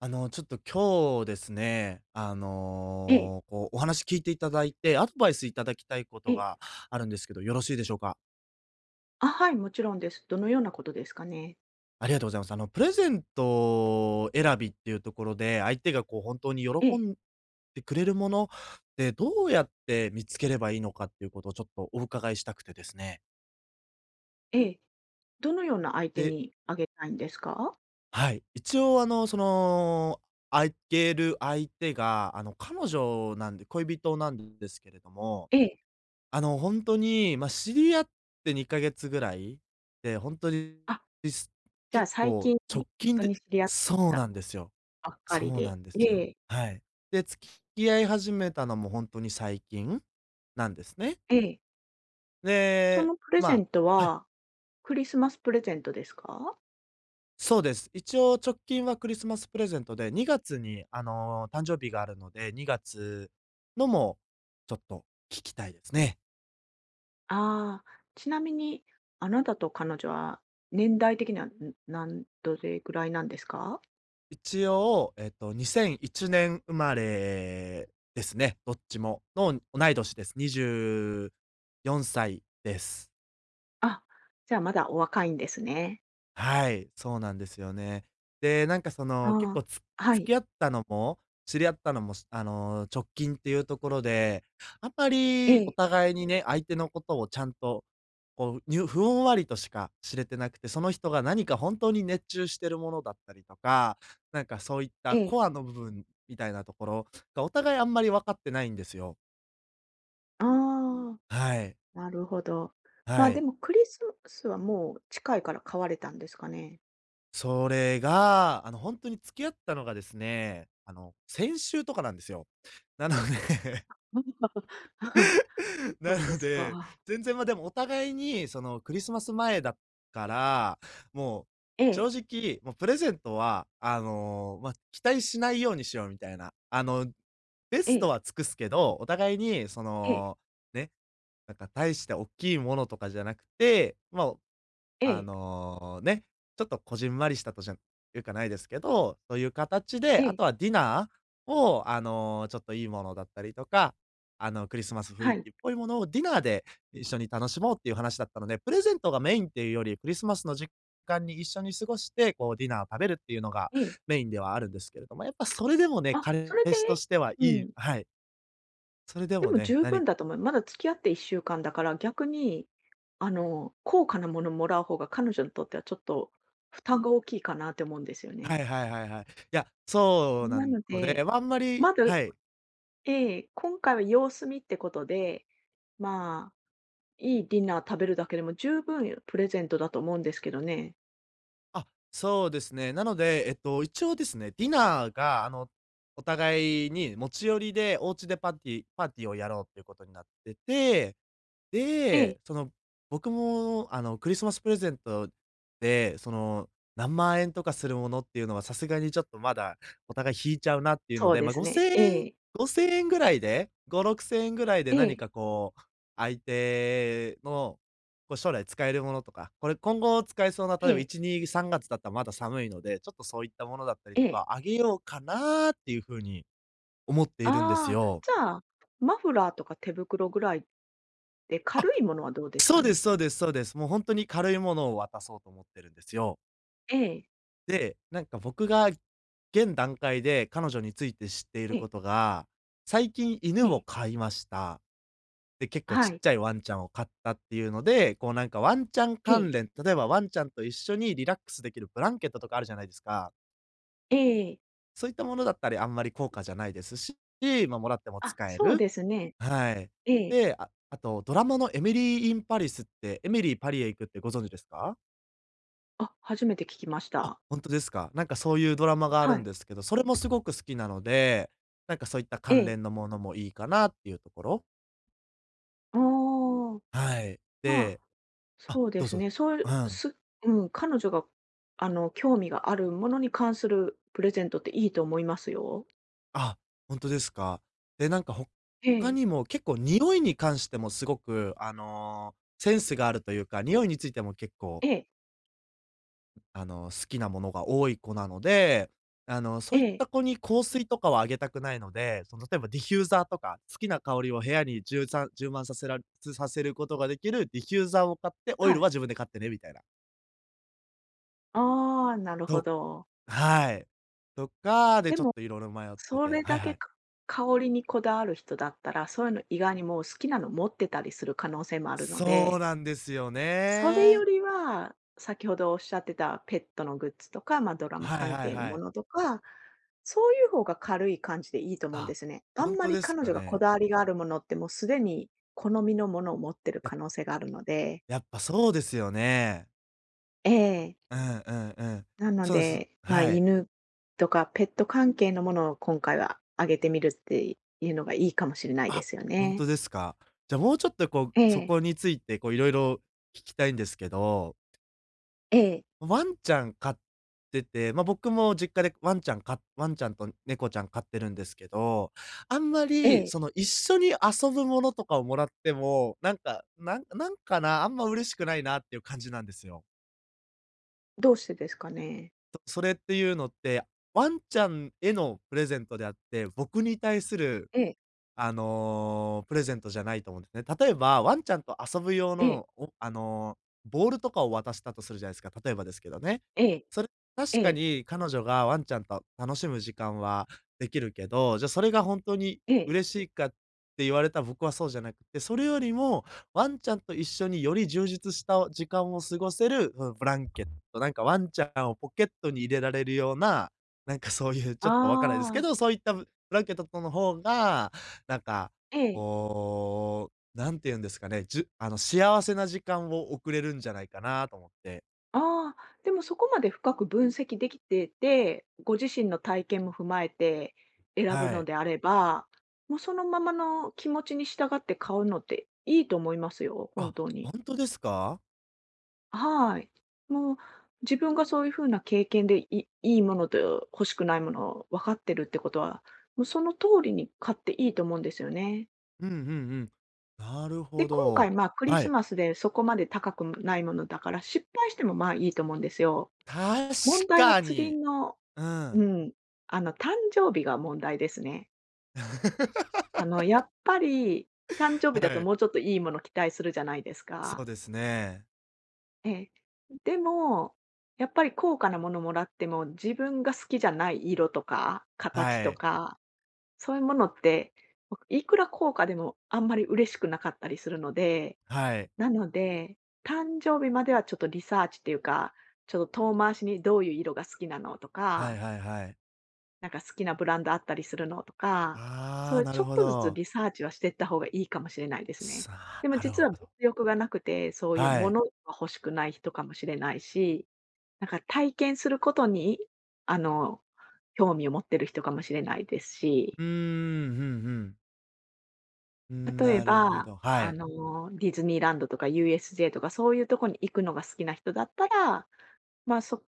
ちょっと今日ですね、ええ、お話聞いていただいて、アドバイスいただきたいこえとえ。があるんですけど、よろしいでしょうか？あ、はい、もちろんです。どのようなことですかね？ありがとうございます。プレゼント選びっていうところで、相手がこう本当に喜ええ、んでくれるものってどうやって見つければいいのかっていうことをちょっとお伺いしたくてですね。ええ。どのような相手で、にあげたいんですか？はい、一応あげる相手が、彼女なんで恋人なんですけれども、ええ。本当に、ま、あ知り合って2ヶ月ぐらいで、本当に、あ、すじゃあ結最構近本直近当で。に知り合っそうたなんですよ。ばっかそりうなで。んでえすよ。え、はい。で、付き合い始めたのも本当に最近なんですね。ええ。そで、のプレゼまントあ、はい、は、クリスマスプレゼントですか？そうです。一応直近はクリスマスプレゼントで、2月に、誕生日があるので、2月のもちょっと聞きたいですね。ああ、ちなみに、あなたと彼女は年代的には、どれぐらいなんですか？一応、2001年生まれですね、どっちも。の同い年です。24歳です。あ、じゃあまだお若いんですね。はい、そうなんですよね。で、なんかそあの、結構あ、はい。付き合ったのも、知り合ったのも、しあのー、直近っていうところで、あんまりお互いにね、相手のことをちゃんと、こう、ふんわりとしか知れてなくて、その人が何か本当に熱中してるものだったりとか、なんかそういっえたえ、ええ。コアの部分みたいなところが、お互いあんまり分かってないんですよ。ああ。はい、なるほど。まはあ、でい。もクリスマスはもう近いから買われたんですかね？それが、本当に付き合ったのがですね、先週とかなんですよ。なので そなうでのすで、か。全然、ま、でもお互いに、その、クリスマス前だから、もう、え正え、直、もうプレゼントは、ま、あ期待しないようにしようみたいな。ベえストえ、は尽くすけど、お互いに、そええ、の、ね、なんか大して大きいものとかじゃなくて、ま、あええ、ね、ちょっとこじんまりしたいうかないですけど、そういう形えで、あえ、とはディナーを、ちょっといいものだったりとか、クリスマス雰は囲い、気っぽいものをディナーで一緒に楽しもうっていう話だったので、プレゼントがメインっていうより、クリスマスの時間に一緒に過ごして、こうディナーを食べるっていうのがええ。メインではあるんですけれども、やっぱそれでもね、あ、そ彼れ氏とで、してはうん、はい。それででももね、十分だと思う。まだ付き合って1週間だから、逆に、高価なものもらう方が彼女にとってはちょっと負担が大きいかなって思うんですよはね。いはいはいはい。いや、そうななのので、で、ま、あんまり、まだ、はい。ええ、今回は様子見ってことで、まあいいディナー食べるだけでも十分プレゼントだと思うんですけどね。あ、そうですね。なので、一応ですね、ディナーが、お互いに持ち寄りでお家でパーティーをやろうっていうことになってて、ええ、で、その、僕も、クリスマスプレゼントで、その、何万円とかするものっていうのはさすがにちょっとまだお互い引いちゃうなっていうのそうで、でまあ、す5 ね。え0 0円え、5000円ぐらいで、5、6000円ぐらいでえ何え、かこう、相手のこう将来使えるものとか、これ今後使えそうな、え例えばえ、1、2、3月だったらまだ寒いので、ちょっとそういったものだったりえとえ。か、あげようかなっていう風に思っているんですああ、よ。じゃあ、マフラーとか手袋ぐらいで、あ、軽いものはどうですそかうですね？そうですそうです。もうほんとに軽いものを渡そうと思ってるんですよ。ええ、で、なんか僕が現段階で彼女について知っていえるこえ、とが、最近え犬をえ、飼いました。で、結構ちはっい、ちゃいワンちゃんを飼ったっていうので、こうなんかワンちゃんえ関え、連、例えばワンちゃんと一緒にリラックスできるブランケットとかあるじゃないですか。ええ。そういったものだったり、あんまり高価じゃないですし、まあ、もらってもあ、使えそうる。ですね。はい。ええ。で、あとドラマのエミリー・イン・パリスって、エミリー・パリへ行くってご存知ですか？あ、初めて聞きましあ、た。本当ですか。なんかそういうドラマがあはるんい。ですけど、それもすごく好きなので、なんかそういったえ関え。連のものもいいかなっていうところ。ああ、はい。まあ、で、あ、そうでどうすぞどうね。ぞ。そういうう、ん。すうん、彼女が、興味があるものに関するプレゼントっていいと思いますよ。あ、本当ですか。で、なんかえ他え、にも結構匂いに関してもすごく、センスがあるというか、匂いについても結構ええ、好きなものが多い子なので、そえういっえ、た子に香水とかはあげたくないので、その、例えばディフューザーとか、好きな香りを部屋に充満させることができるディフューザーを買って、オイはルはい。自分で買ってねみたいな。ああ、なるほとど。はい。とかで、でちょっも、と色々迷ってそて、れはだいけはい。か、香りにこだわる人だったら、そういうの意外にもう好きなの持ってたりする可能性もあるのそうで、なんですよそれよね。りは、先ほどおっしゃってたペットのグッズとか、まあ、ドラマはい関はい係のはもい。のとか、そういう方が軽い感じでいいと思うんであ、すね。あほんんまとりです彼か女がこね。だわりがあるものって、もうすでに好みのものを持ってるや可能性があるので、やっぱそうですよね。ええ。うんうんうん。なのそうです。で、まあ、はい。犬とかペット関係のものを今回はあげてみるっていうのがいいかもしれないであ、すよほんね。とですか。じゃ、あもうちょっとこえう、そえ、こについてこう色々聞きたいんですけど、ええ、ワンちゃん飼ってて、ま、僕も実家でワンちゃんと猫ちゃん飼ってるんですけど、あんまえりえ。その一緒に遊ぶものとかをもらっても、なんか、なんかな、あんま嬉しくないなっていう感じなんですよ。どうしてですかね？と、それっていうのって、ワンちゃんへのプレゼントであって、僕に対するええ、プレゼントじゃないと思うんですね。例えば、ワンちゃんと遊ぶ用ええ、の、おあの、ボールとかを渡したとするじゃないですか、例えばですけどね。ええ、それ、確えかえ、に彼女がワンちゃんと楽しむ時間はできるけど、じゃ、それが本当にええ。嬉しいかって言われたら僕はそうじゃなくて、それよりも、ワンちゃんと一緒により充実した時間を過ごせる、うん、ブランケット、なんかワンちゃんをポケットに入れられるような、なんかそういうあちょっとわからないですけど、あ。そういったブランケットとの方がなんか、ええ。こう、なんて言うんですかね、じゅあの、幸せな時間を送れるんじゃないかなと思って。ああ、でもそこまで深く分析できてて、ご自身の体験も踏まえて選ぶはのい。であれば、もうそのままの気持ちに従って買うのっていいと思いますよ、本あ、当に。ほんとですか？はい。もう自分がそういう風な経験でいいものと欲しくないものを分かってるってことは、もうその通りに買っていいと思うんですよね。うんうんうん。なるで、ほ今回、ど。まあ、クリはスい。マスでそこまで高くないものだから、失敗してもまあいいと思うんですよ。確問題はか次に。の、ううん。ん、誕生日が問題ですね。あの、やっぱり、誕生日だはとい。もうちょっといいもの期待するじゃないですそうか。ですね。ええ。でも、やっぱり高価なものもらっても、自分が好きじゃない色とか、形はとい。か、そういうものって、いくら高価でもあんまり嬉しくなかったりするので、はい。なので、誕生日まではちょっとリサーチっていうか、ちょっと遠回しにどういう色が好きなのとはいか、はいはい。なんか好きなブランドあったりするのとか、そあうあ、いうなちょるっほとずつど。リサーチはしていった方がいいかもしれないですね。さあ、でもなる実はほ物ど。欲がなくて、そういうはもい。のが欲しくない人かもしれないし、なんか体験することに、あの、興味を持ってる人かもしれないですし、うーん、ふんふん。うん、例えなるほば、ど。はい。ディズニーランドとか USJ とかそういうとこに行くのが好きな人だったら、まあ、そ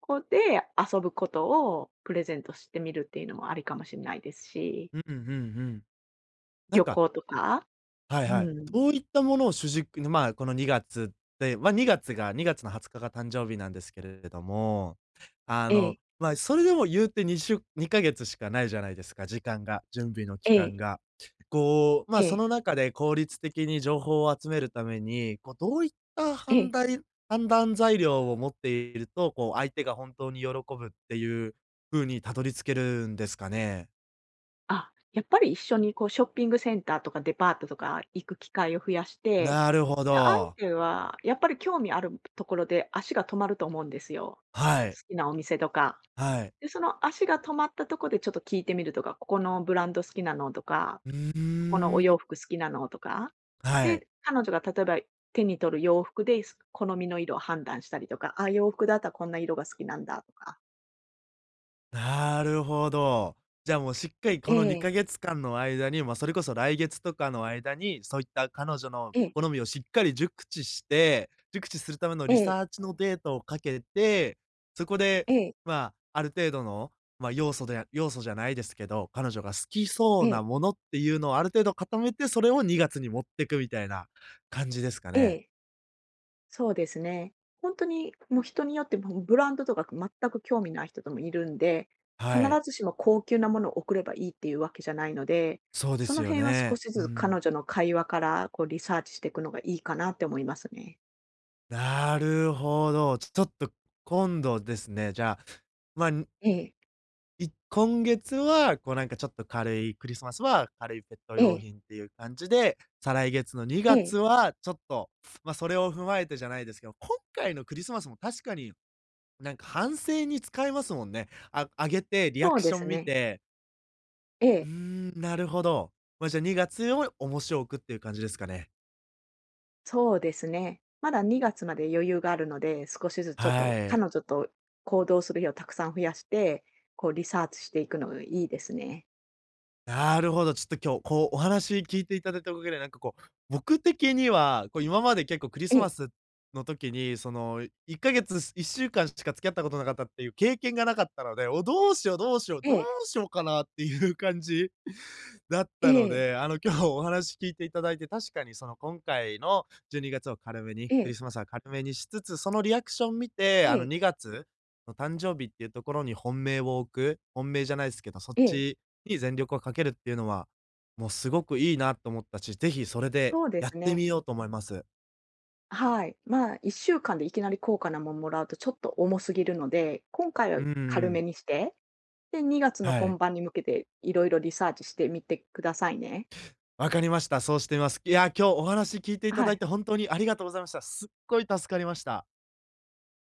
こで遊ぶことをプレゼントしてみるっていうのもありかもしれないですし。うんうんうん。なん旅か、行とか？はいうはい。ん。どういったものを主軸に、まあ、この2月で、まあ、2月が2月の20日が誕生日なんですけれども、ええ、ま、あそれでも言うて2週2ヶ月しかないじゃないですか、時間が、準備の期え間え、が。こう、ま、えあそえ、の中で効率的に情報を集めるために、こう、どういったえ判え。断判断材料を持っていると、こう、相手が本当に喜ぶっていう風にたどり着けるんですかね？あ、やっぱり一緒にこうショッピングセンターとかデパートとか行く機会を増やして、なるほで、相ど。手はやっぱり興味あるところで足が止まると思うんですよ。は好い、きなお店とか。はい。で、その足が止まったとこでちょっと聞いてみるとか、ここのブランド好きなのとか、うここのーおん。洋服好きなのとか。はい。で、彼女が例えば手に取る洋服で、好みの色を判断したりとか、あ、洋服だったらこんな色が好きなんだとか。なるほど。じゃあもうしっかりえこの2え、ヶ月間の間に、まあ、それこそ来月とかの間に、そういった彼女のええ、好みをしっかり熟知して、熟知するためのえリえ、サーチのデータをかけて、そこで、ええ、まあ、ある程度の、まあ、要素で要素じゃないですけど、彼女が好きそえうなえ、ものっていうのをある程度固めて、それを2月に持ってくみたいな感じですかえね。え、そうですね。本当にもう人によって、もうブランドとか全く興味ない人ともいるんで、必はい。ずしも高級なものを送ればいいっていうわけじゃないので、そうでそすのよ辺は少ね。しうずつん。彼女の会話からこうリサーチしていくのがいいかなって思いますね。なるほど。ちょっと今度ですね、じゃあ、まあ、ええ、今月は、こうなんかちょっと軽いクリスマスは軽いペットえ用え、品っていう感じで、再来月のえ2月え、はちょっと、ま、あそれを踏まえてじゃないですけど、今回のクリスマスも確かになんか反省に使えますもんね。あげてリアそうクでショすン見ね。て、えうーえ。ん、なるほど。ま、あじゃ、あ2月を面白くっていう感じですかね。そうですね。まだ2月まで余裕があるので、少しずつちょっとは彼い。女と行動する日をたくさん増やして、こうリサーチしていくのがいいですね。なるほど、ちょっと今日、こう、お話聞いていただいたおかげで、なんかこう、僕的には、こう、今まで結構クリえスマえ、スの時に、その、1ヶ月、1週間しか付き合ったことなかったっていう経験がなかったので、どうしようどうしよう、えどうえ、しようかなっていう感じだっえたのえ、で、今日お話聞いていただいて、確かにその今回の12月を軽めに、えクリえ、スマスは軽めにしつつ、そのリアクション見て、ええ、2月の誕生日っていうところに本命を置く、本命じゃないですけど、そっええ、ちに全力をかけるっていうのは、もうすごくいいなと思ったし、ぜひそれでそうでやっすてね。みようと思います。はい。まあ、1週間でいきなり高価なもんもらうとちょっと重すぎるので、今回はうんう軽めん。にして、で、2月のは本い。番に向けていろいろリサーチしてみてくださいね。わかりました。そうしてみます。いや、今日お話聞いていたはだいい。て本当にありがとうございました。すっごい助かりました。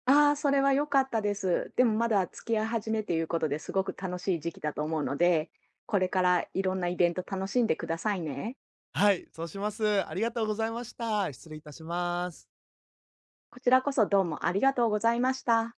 ああ、それは良かったです。でもまだ付き合い始めということで、すごく楽しい時期だと思うので、これからいろんなイベント楽しんでくださいね。はい、そうします。ありがとうございました。失礼いたします。こちらこそどうもありがとうございました。